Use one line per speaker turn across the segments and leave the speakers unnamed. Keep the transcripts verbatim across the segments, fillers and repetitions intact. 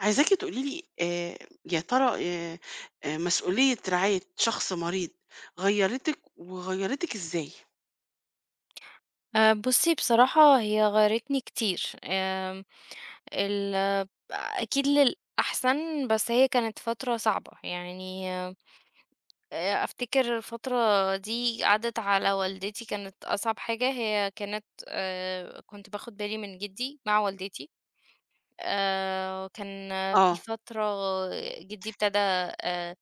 عايزاكِ تقولي لي آآ يا ترى آآ آآ مسؤولية رعاية شخص مريض غيّرتِك وغيّرتِك إزاي؟
آآ بُصّي، بصراحة هي غيّرتني كتير. آمم ال آه، أكيد للأحسن، بس هي كانت فترة صعبة. يعني آآ أفتكر الفترة دي عدّت على والدتي، كانت أصعب حاجة. هي كانت آآ كنت باخد بالي من جدي مع والدتي. آآ كان في
آه،
فترة جدي ابتدى، آآ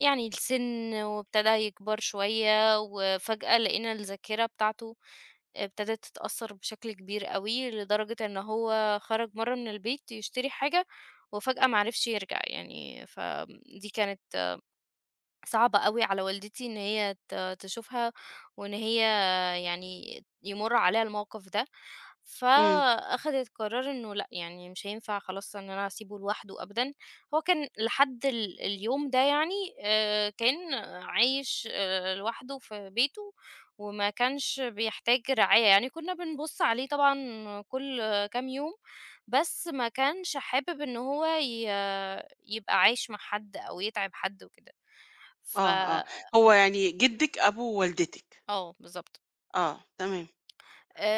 يعني السِن، وابتدى يكبر شوية، وفجأة لقينا الذاكرة بتاعته ابتدت تتأثّر بشكل كبير أوي، لدرجة إن هو خرج مرّة من البيت يشتري حاجة وفجأة ما عرفش يرجع يعني. فدي كانت صعبة أوي على والدتي إن هي ت تشوفها، وإن هي، يعني، يمُر عليها الموقف ده.
إمم،
فأخدت قرار إنه لأ، يعني مش هينفع خلاص إن أنا أسيبه لوحده أبدًا. هو كان لحد ال اليوم ده، يعني، آآ، كان عايش، آآ، لوحده في بيته، وما كانش بيحتاج رعاية، يعني كنا بنبُص عليه طبعًا كل كام يوم، بس ما كانش حابب إن هو ي يبقى عايش مع حد أو يتعب حد وكده. ف
آه، آه. هو يعني جدِّك أبو والدتِك،
آه، بالضبط.
آه، تمام.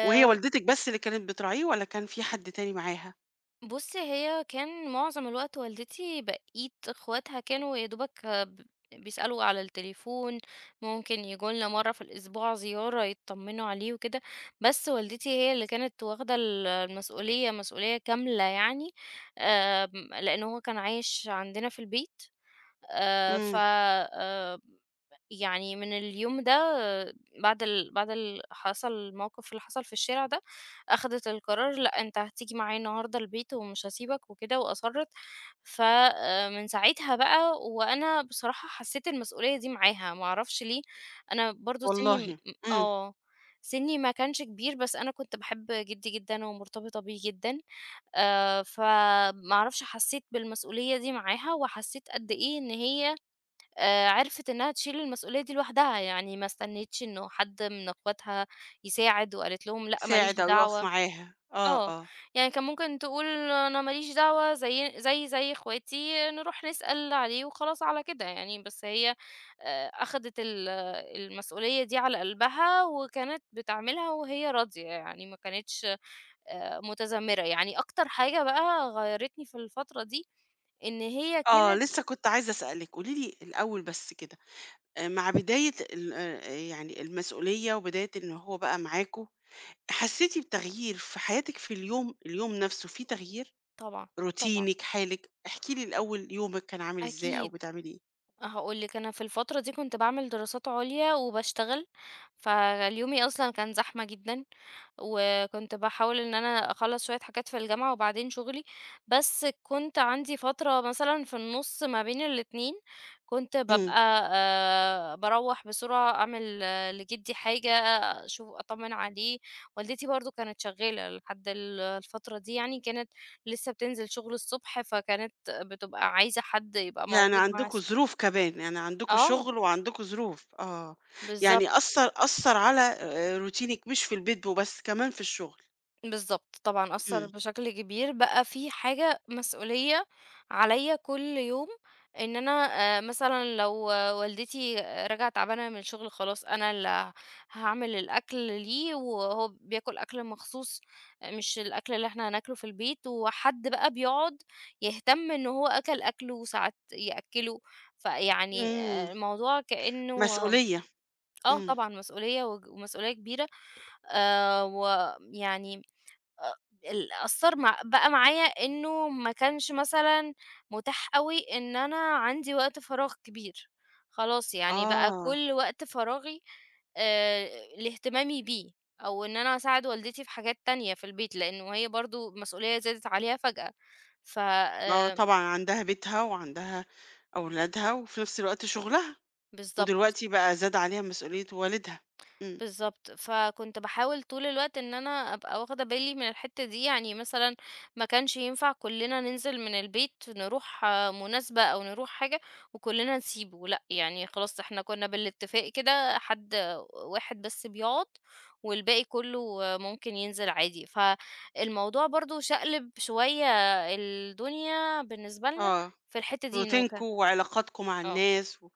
وهي والدتِك بس اللي كانت بتراعيه والّا كان في حد تاني معاها؟
بُصّي، هي كان معظم الوقت والدتي، بقية إخواتها كانوا يا دوبك، آه، ب بيسألوا على التليفون، ممكن ييجوا لنا مرّة في الأسبوع زيارة يتطمّنوا عليه وكده، بس والدتي هي اللي كانت واخدة ال المسؤولية، مسؤولية كاملة يعني. آمم، لإن هو كان عايش عندنا في البيت. آآ ف
إمم،
آآ يعني من اليوم ده، آه، بعد ال بعد ال حصل الموقف اللي حصل في الشارع ده، أخدت القرار لأ، أنت هتيجي معايا النهارده البيت ومش هاسيبك وكده، وأصرّت. فمن ساعتها بقى وأنا بصراحة حسّيت المسؤولية دي معاها، ما أعرفش ليه، أنا برضه سِنّي م
والله! إمم،
آه، سِنّي ما كانش كبير، بس أنا كنت باحب جدي جدًا ومرتبطة بيه جدًا. آآ، فما أعرفش، حسّيت بالمسؤولية دي معاها، وحسّيت قد إيه إن هي آآ عرفِت إنها تشيل المسؤولية دي لوحدها، يعني ما استنِّتش إنه حد من أخواتها يساعد، وقالت لهم لأ ما ليش
ساعد أو يُقف
دعوة.
معاها. آه،
آه،
آه.
يعني كان ممكن تقول أنا ما ليش دعوة زي زيي زي أخواتي، نروح نسأل عليه وخلاص على كده يعني، بس هي آآ أخدت ال المسؤولية دي على قلبها، وكانت بتعملها وهي راضية، يعني ما كانتش آآ متذمرة. يعني أكتر حاجة بقى غيّرتني في الفترة دي إن هي
آه،
كانت.
لسه كنت عايزة أسألِك، قولي لي الأول بس كده. آآ مع بداية ال آآ يعني المسؤولية وبداية إن هو بقى معاكم، حسيتِ بتغيير في حياتِك في اليوم اليوم نفسه، في تغيير؟
طبعًا، طبعًا،
روتينِك، حالِك، احكي لي الأول يومِك كان عامل إزاي أو
أكيد.
بتعملي إيه؟
هاقول لِك، أنا في الفترة دي كنت باعمل دراسات عليا وباشتغل، فاليومي أصلًا كان زحمة جدًا، وكنت باحاول إن أنا أخلّص شوية حاجات في الجامعة وبعدين شغلي. بس كنت عندي فترة مثلًا في النُص ما بين الاتنين كنت
إمم.
بابقى آآ باروّح بسرعة أعمل، آه، لجدي حاجة، أشوف أطمّن عليه. والدتي برضه كانت شغّالة لحد ال الفترة دي، يعني كانت لسه بتنزل شغل الصبح، فكانت بتبقى عايزة حد يبقى
يعني
موجود معاها
عندكم
الصبح.
ظروف كمان، يعني عندكم
آه،
شغل وعندكم ظروف، آه. يعني
بالضبط.
أثّر أثّر على آآ روتينِك مش في البيت وبس، كمان في الشغل.
بالضبط، طبعًا أثّر
إمم.
بشكل كبير، بقى في حاجة مسؤولية عليّا كل يوم إن أنا، آآ، مثلًا لو، آه، والدتي رجعت تعبانة من الشغل، خلاص أنا اللي هاعمل الأكل ليه، وهو بياكل أكل مخصوص مش الأكل اللي إحنا هناكله في البيت، وحد بقى بيقعد يهتم إن هو أكل أكله، وساعات يأكّله. فيعني،
إمم.
آه، الموضوع كإنه.
مسؤولية.
آه،
إمم.
طبعًا مسؤولية، وج ومسؤولية كبيرة. آآ ويعني أ ال أثّر مع بقى معايا إنه ما كانش مثلًا متاح أوي إن أنا عندي وقت فراغ كبير، خلاص يعني بقى
آه.
كل وقت فراغي آآ لاهتمامي بيه، أو إن أنا أساعد والدتي في حاجات تانية في البيت، لإنه هي برضه المسؤولية زادت عليها فجأة. ف
آه
آآ
طبعًا عندها بيتها وعندها أولادها وفي نفس الوقت شغلها،
بالضبط.
ودلوقتي بقى زاد عليها مسؤولية والدها. إمم.
بالضبط، فكنت باحاول طول الوقت إن أنا أبقى واخدة بالي من الحتّة دي، يعني مثلًا ما كانش ينفع كلّنا ننزل من البيت نروح، آه، مناسبة أو نروح حاجة وكلّنا نسيبه، لأ، يعني خلاص إحنا كنّا بالاتفاق كده، حد واحد بس بيقعد، والباقي كلّه، آه، ممكن ينزل عادي. فالموضوع برضه شقلب شوية الدنيا بالنسبة لنا
آه.
في الحتّة دي، إنه
روتينكم
ك
وعلاقاتكم مع
آه،
الناس و...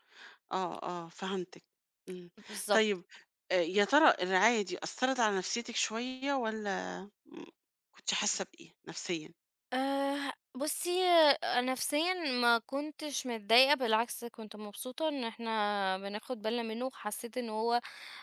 آه آه، فهمتِك. إمم. طيب،
بالضبط.
آآ يا ترى الرعاية دي أثّرت على نفسيتِك شوية والّا م كنتِ حاسة بإيه نفسيًا؟
آآ، بُصّي، آه، نفسيًا ما كنتش متضايقة، بالعكس كنت مبسوطة إن إحنا بناخد بالنا منه، وحسيت إن هو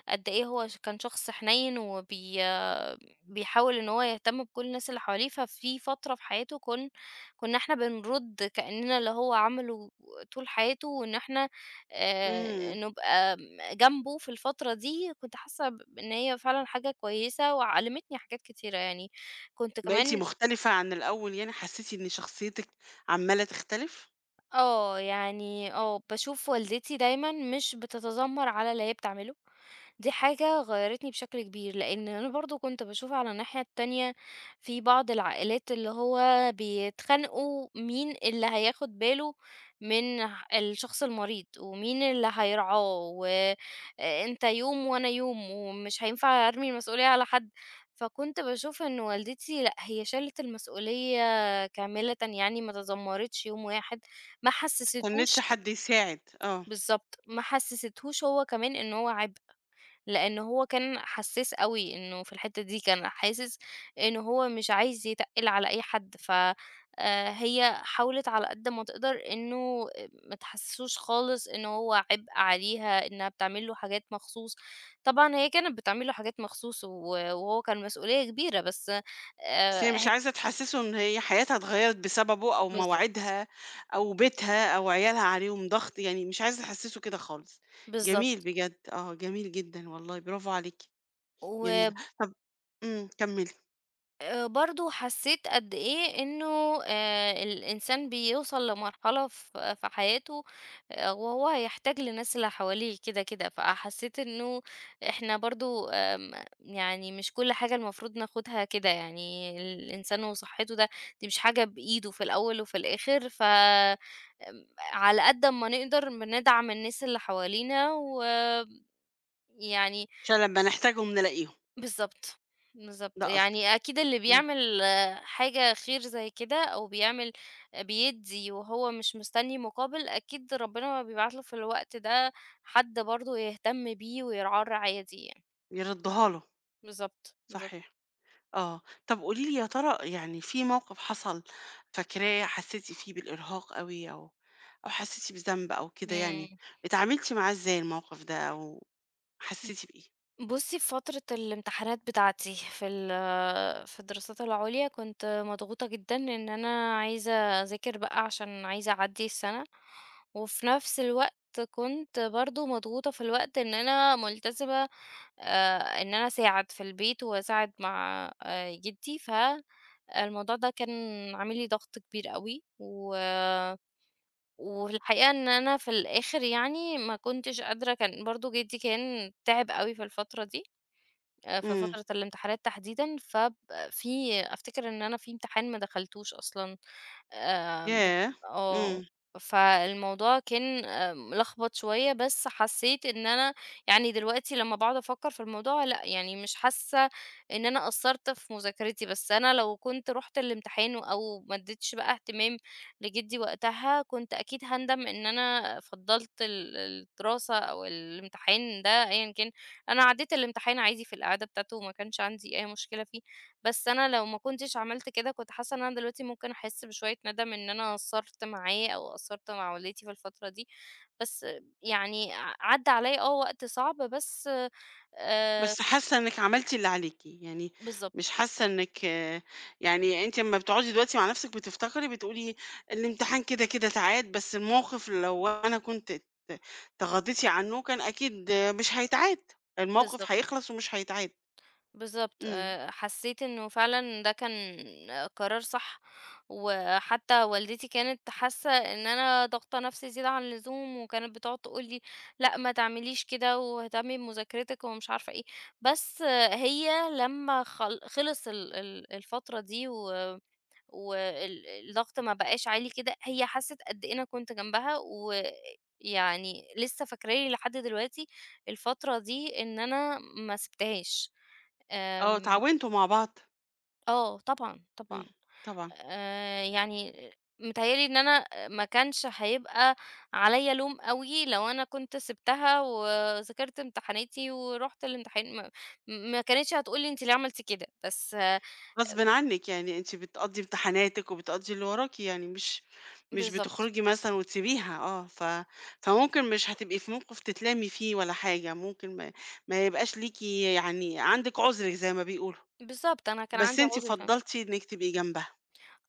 قد إيه هو ش كان شخص حنين، وبي آه، بيحاول إن هو يهتم بكل الناس اللي حواليه. ففي فترة في حياته كن كنا إحنا بنرُد كأننا اللي هو عمله طول حياته، وإن إحنا، آآ،
إمم.
نبقى جنبه في الفترة دي. كنت حاسة ب إن هي فعلًا حاجة كويسة، وعلمتني حاجات كتيرة يعني. كنت
بقيتِ
كمان،
مختلفة عن الأول يعني، حسيتِ إن شخصيتِك عمّالة تختلف؟
آه، يعني آه، باشوف والدتي دايمًا مش بتتذمّر على اللي هي بتعمله، دي حاجة غيّرتني بشكل كبير، لإن أنا برضه كنت باشوف على الناحية التانية في بعض العائلات اللي هو بيتخانقوا مين اللي هياخد باله من ح الشخص المريض، ومين اللي هيرعاه، وأنت يوم وأنا يوم، ومش هينفع أرمي المسؤولية على حد. فكنت باشوف إن والدتي لأ، هي شالت المسؤولية كاملةً، يعني ما تذمّرتش يوم واحد. ما
كانتش
حسّستهوش
حد يساعد، آه.
بالضبط، ما حسّستهوش هو كمان إن هو عبء، لإن هو كان حسّاس أوي، إنه في الحتّة دي كان حاسس إن هو مش عايز يتقِّل على أي حد. ف آآ هي حاولت على قد ما تقدر إنه ما تحسّسوش خالص إن هو عبء عليها، إنها بتعمل له حاجات مخصوص. طبعًا هي كانت بتعمل له حاجات مخصوص، و وهو كان مسؤولية كبيرة، بس. آآ
بس هي مش
ه
عايزة تحسّسه إن هي حياتها اتغيّرت بسببه، أو
بالضبط،
مواعيدها أو بيتها أو عيالها عليهم ضغط، يعني مش عايزة تحسّسه كده خالص. جميل
بالضبط.
بجد، آه، جميل جدًا والله، برافو عليكِ. جميلة.
و
طَب، إمم، كمّلي.
آآ برضه حسّيت قد إيه إنه، آآ الإنسان بيوصل لمرحلة ف في حياته، آآ وهو هيحتاج للناس اللي حواليه كده، كده. فحسّيت إنه إحنا برضه، آمم يعني مش كل حاجة المفروض ناخدها كده، يعني الإنسان وصحّته ده دي مش حاجة بإيده في الأول وفي الآخر. ف آمم على قد أمّا نقدر بندعم الناس اللي حوالينا، ويعني،
عشان لمّا نحتاجهم نلاقيهم،
بالضبط. بالضبط،
ده
يعني
قصدِك.
أكيد اللي
إمم.
بيعمل، آه، حاجة خير زي كده، أو بيعمل بيدّي وهو مش مستني مقابل، أكيد ربنا بيبعت له في الوقت ده حد برضه يهتم بيه ويرعاه الرعاية دي يعني.
يردّوها له،
بالضبط، بالضبط.
صحيح، آه. طَب قولي لي، يا ترى يعني في موقف حصل فاكراه حسّيتِ فيه بالإرهاق أوي، أو أو حسّيتِ بذنب أو كده
إمم.
يعني، اتعاملتِ معاه إزاي الموقف ده، أو حسّيتِ بإيه؟
بُصّي، في فترة الامتحانات بتاعتي في ال في الدراسات العُليا كنت مضغوطة جدًا، إن أنا عايزة أذاكر بقى عشان عايزة أعدّي السَنة، وفي نَفْس الوقت كنت برضه مضغوطة في الوقت إن أنا ملتزمة، آآ إن أنا أساعد في البيت وأساعد مع آآ جدي. فالموضوع ده كان عامل لي ضغط كبير أوي، و والحقيقة إن أنا في الآخِر يعني ما كنتش قادرة، كان برضه جدي كان تعب أوي في الفترة دي. آآ في
إمم.
فترة الامتحانات تحديدًا، فب في، أفتكر إن أنا في امتحان ما دخلتوش أصلًا. آمم بت
ياه!
آه.
إمم.
فالموضوع كان، آآ ملخبط شوية، بس حسّيت إن أنا، يعني دلوقتي لمّا باقعد أفكّر في الموضوع، لأ، يعني مش حاسّة إن أنا قصّرت في مذاكرتي، بس أنا لو كنت رُحت الامتحان أو ما ادّيتش بقى اهتمام لجدي وقتها، كنت أكيد هاندم إن أنا فضّلت ال الدراسة أو الامتحان ده أيًا كان. أنا عدّيت الامتحان عادي في القعدة بتاعته، وما كانش عندي أي مشكلة فيه. بس أنا لو ما كنتش عملت كده كنت حاسة إن أنا دلوقتي ممكن أحس بشوية ندم، إن أنا قصّرت معاه أو قصّرت مع والدتي في الفترة دي. بس يعني ع عدّى عليَّ، آه وقت صعب، بس آآ
بس حاسة إنِّك عملتِ اللي عليكِ، يعني
بالضبط،
مش حاسة إنِّك آه، يعني أنتِ أمّا بتقعدي دلوقتي مع نَفْسِك بتفتكري، بتقولي الامتحان كده، كده اتعاد، بس الموقف لو أنا كنت ات تغاضيتِ عنّه كان أكيد آه، مش هيتعاد، الموقف
بالضبط.
هيخلص ومش هيتعاد.
بالضبط.
إمم.
آآ حسّيت إنه فعلًا ده كان، آه، قرار صح. وحتى والدتي كانت حاسة إن أنا ضاغطة نفسي زيادة عن اللزوم، وكانت بتقعد تقول لي: "لأ، ما تعمليش كده، واهتمي بمذاكرتِك"، ومش عارفة إيه. بس آه، هي لمّا خل خلص ال ال الفترة دي، و وال الضغط ما بقاش عالي كده، هي حَسِّت قد إيه أنا كنت جنبها، ويعني لسه فاكرة لي لحد دلوقتي الفترة دي، إن أنا ما سِبتهاش.
آه،
آمم
اتعاونتوا مع بعض؟
آه طبعًا، طبعًا.
إمم، طبعًا.
آآ يعني متهيأ لي إن أنا ما كانش هيبقى عليّا لوم أوي لو أنا كنت سِبتها وذاكرت امتحاناتي ورُحت الامتحان، ما ما كانتش هتقول لي أنتِ ليه عملتِ كده، بس.
غصبٍ عنِّك، يعني أنتِ بتقضّي امتحاناتِك وبتقضّي اللي وراكِ، يعني مش مش
بالضبط،
بتخرجي مثلًا وتسيبيها آه، ف فممكن مش هتبقي في موقف تتلامي فيه ولا حاجة، ممكن ما ما يبقاش ليكِ يعني عندِك عُذر زي ما بيقولوا.
بالضبط. أنا كان
بس
عندي
أنتِ
عُذر. ف
فضّلتِ إنِّك تبقي جنبها.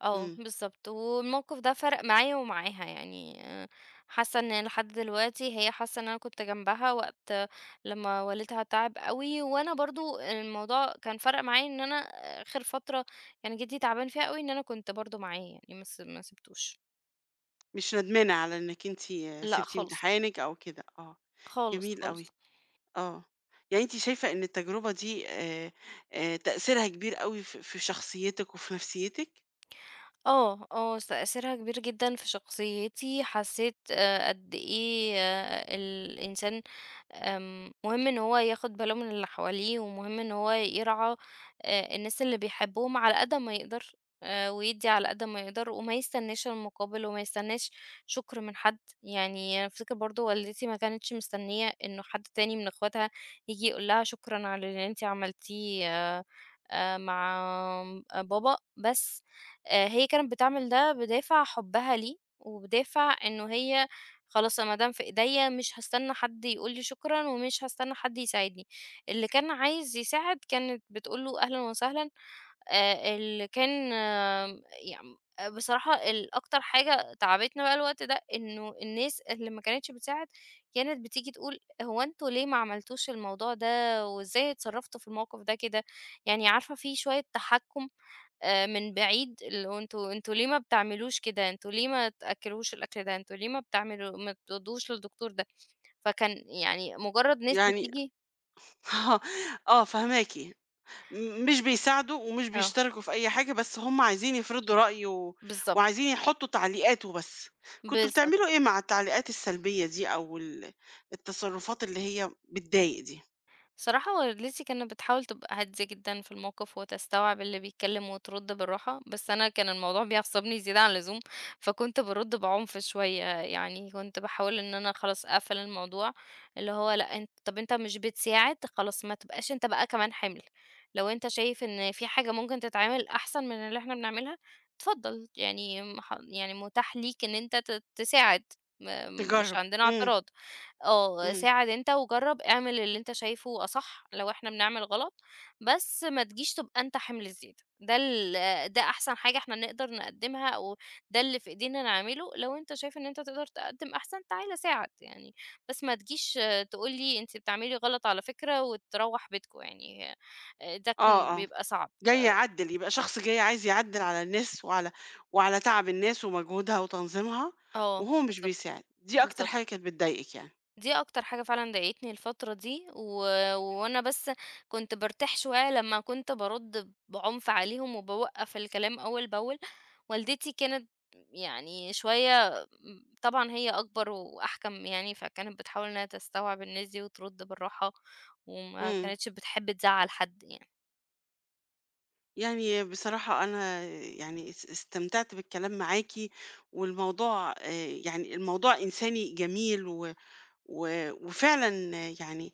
آه،
إمم.
بالضبط، والموقف ده فرق معايا ومعاها، يعني، آآ، حاسة إن لحد دلوقتي هي حاسة إن أنا كنت جنبها وقت لمّا والدها تعب أوي، وأنا برضه الموضوع كان فرق معايا إن أنا آخر فترة كان جدي تعبان فيها أوي، إن أنا كنت برضه معاه، يعني ما س ما سِبتوش.
مش ندمانة على إنِّك أنتِ
لأ
سِبتِ
خالص،
امتحانِك أو كده، آه.
خالص،
جميل
خالص.
أوي، آه. يعني أنتِ شايفة إن التجربة دي آآ، آآ، تأثيرها كبير أوي في في شخصيتِك وفي نفسيتِك؟
آه، آه، تأثيرها كبير جدًا في شخصيتي. حسيت، آآ، قد إيه، آه، الإنسان، آمم، مهم إن هو ياخد باله من اللي حواليه، ومهم إن هو يرعى، آآ الناس اللي بيحبهم على قد ما يقدر، آآ ويدّي على قد ما يقدر، وما يستناش المقابل، وما يستناش شكر من حد. يعني أنا أفتكر برضه والدتي ما كانتش مستنية إنه حد تاني من أخواتها ييجي يقول لها شكرًا على اللي أنتِ عملتيه آآ مع بابا، بس آآ هي كانت بتعمل ده بدافع حبها ليه، وبدافع إنه هي خلاص ما دام في إيديّا مش هاستنى حد يقول لي شكرًا، ومش هاستنى حد يساعدني. اللي كان عايز يساعد كانت بتقول له أهلًا وسهلًا. آآ اللي كان يم بصراحة ال أكتر حاجة تعبتنا بقى الوقت ده، إنه الناس اللي ما كانتش بتساعد كانت بتيجي تقول: "هو أنتم ليه ما عملتوش الموضوع ده، وإزاي اتصرّفتوا في الموقف ده كده؟" يعني عارفة في شوية تحكُّم، آآ من بعيد، اللي هو أنتم أنتم ليه ما بتعملوش كده، أنتم ليه ما تأكّلوهوش الأكل ده، أنتم ليه ما بتعملوا ما بتودّوهوش للدكتور ده. فكان، يعني، مجرد ناس
يعني
بتيجي.
آه، آه فاهماكِ. م مش بيساعدوا ومش
آه،
بيشتركوا في أي حاجة، بس هُم عايزين يفرضوا رأي، و
بالضبط،
وعايزين يحطوا تعليقات وبس. كنتوا
بالضبط.
بتعملوا إيه مع التعليقات السلبية دي أو ال التصرفات اللي هي بتضايق دي؟
صراحة والدتي كانت بتحاول تبقى هادية جدًا في الموقف، وتستوعب اللي بيتكلم، وترد بالراحة، بس أنا كان الموضوع بيعصبني زيادة عن اللزوم، فكنت بارُد بعنف شوية، يعني كنت باحاول إن أنا خلاص أقفل الموضوع، اللي هو لأ أنت، طَب أنت مش بتساعد، خلاص ما تبقاش أنت بقى كمان حِمل، لو أنت شايف إن في حاجة ممكن تتعمل أحسن من اللي إحنا بنعملها، اتفضل، يعني م ح يعني متاح ليك إن أنت ت تساعد، م مش
تجرّب،
عندنا
إمم،
اعتراض. آه،
إمم،
ساعد أنت وجرّب، اعمل اللي أنت شايفه أصح لو إحنا بنعمل غلط، بس ما تجيش تبقى أنت حِمل الزيادة. ده ال ده أحسن حاجة إحنا نقدر نقدّمها، أو ده اللي في إيدينا نعمله. لو أنت شايف إن أنت تقدر تقدّم أحسن تعالَ ساعد يعني، بس ما تجيش تقول لي أنتِ بتعملي غلط على فكرة وتروّح بيتكم يعني. آه، ده
آه،
كان
آه.
بيبقى صعب.
جاي يعدّل، يبقى شخص جاي عايز يعدّل على الناس وعلى وعلى تعب الناس ومجهودها وتنظيمها،
آه،
وهو مش
بالضبط،
بيساعد، دي أكتر
بالضبط.
حاجة كانت بتضايقِك يعني.
دي أكتر حاجة فعلًا ضايقتني الفترة دي، و وأنا بس كنت بارتاح شوية لمّا كنت بارُد بعنف عليهم، وباوقّف الكلام أول بأول. والدتي كانت، يعني، شوية. م طبعًا هي أكبر وأحكم، يعني، فكانت بتحاول إنها تستوعب الناس دي وترُد بالراحة، وما
إمم.
كانتش بتحب تزعّل حد يعني.
يعني بصراحة أنا يعني اس- استمتعت بالكلام معاكي، والموضوع آه، يعني الموضوع إنساني جميل و و وفعلا آه، يعني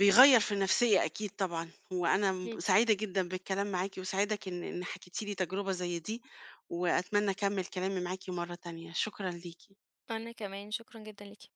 بيغير في النفسية أكيد طبعا، وأنا م-
أكيد.
سعيدة جدا بالكلام معاكي، وسعيدة إن إن حكيتي لي تجربة زي دي، وأتمنى أكمل كلامي معاكي مرة تانية. شكرا ليكي.
أنا كمان، شكرًا جدًا ليكِ.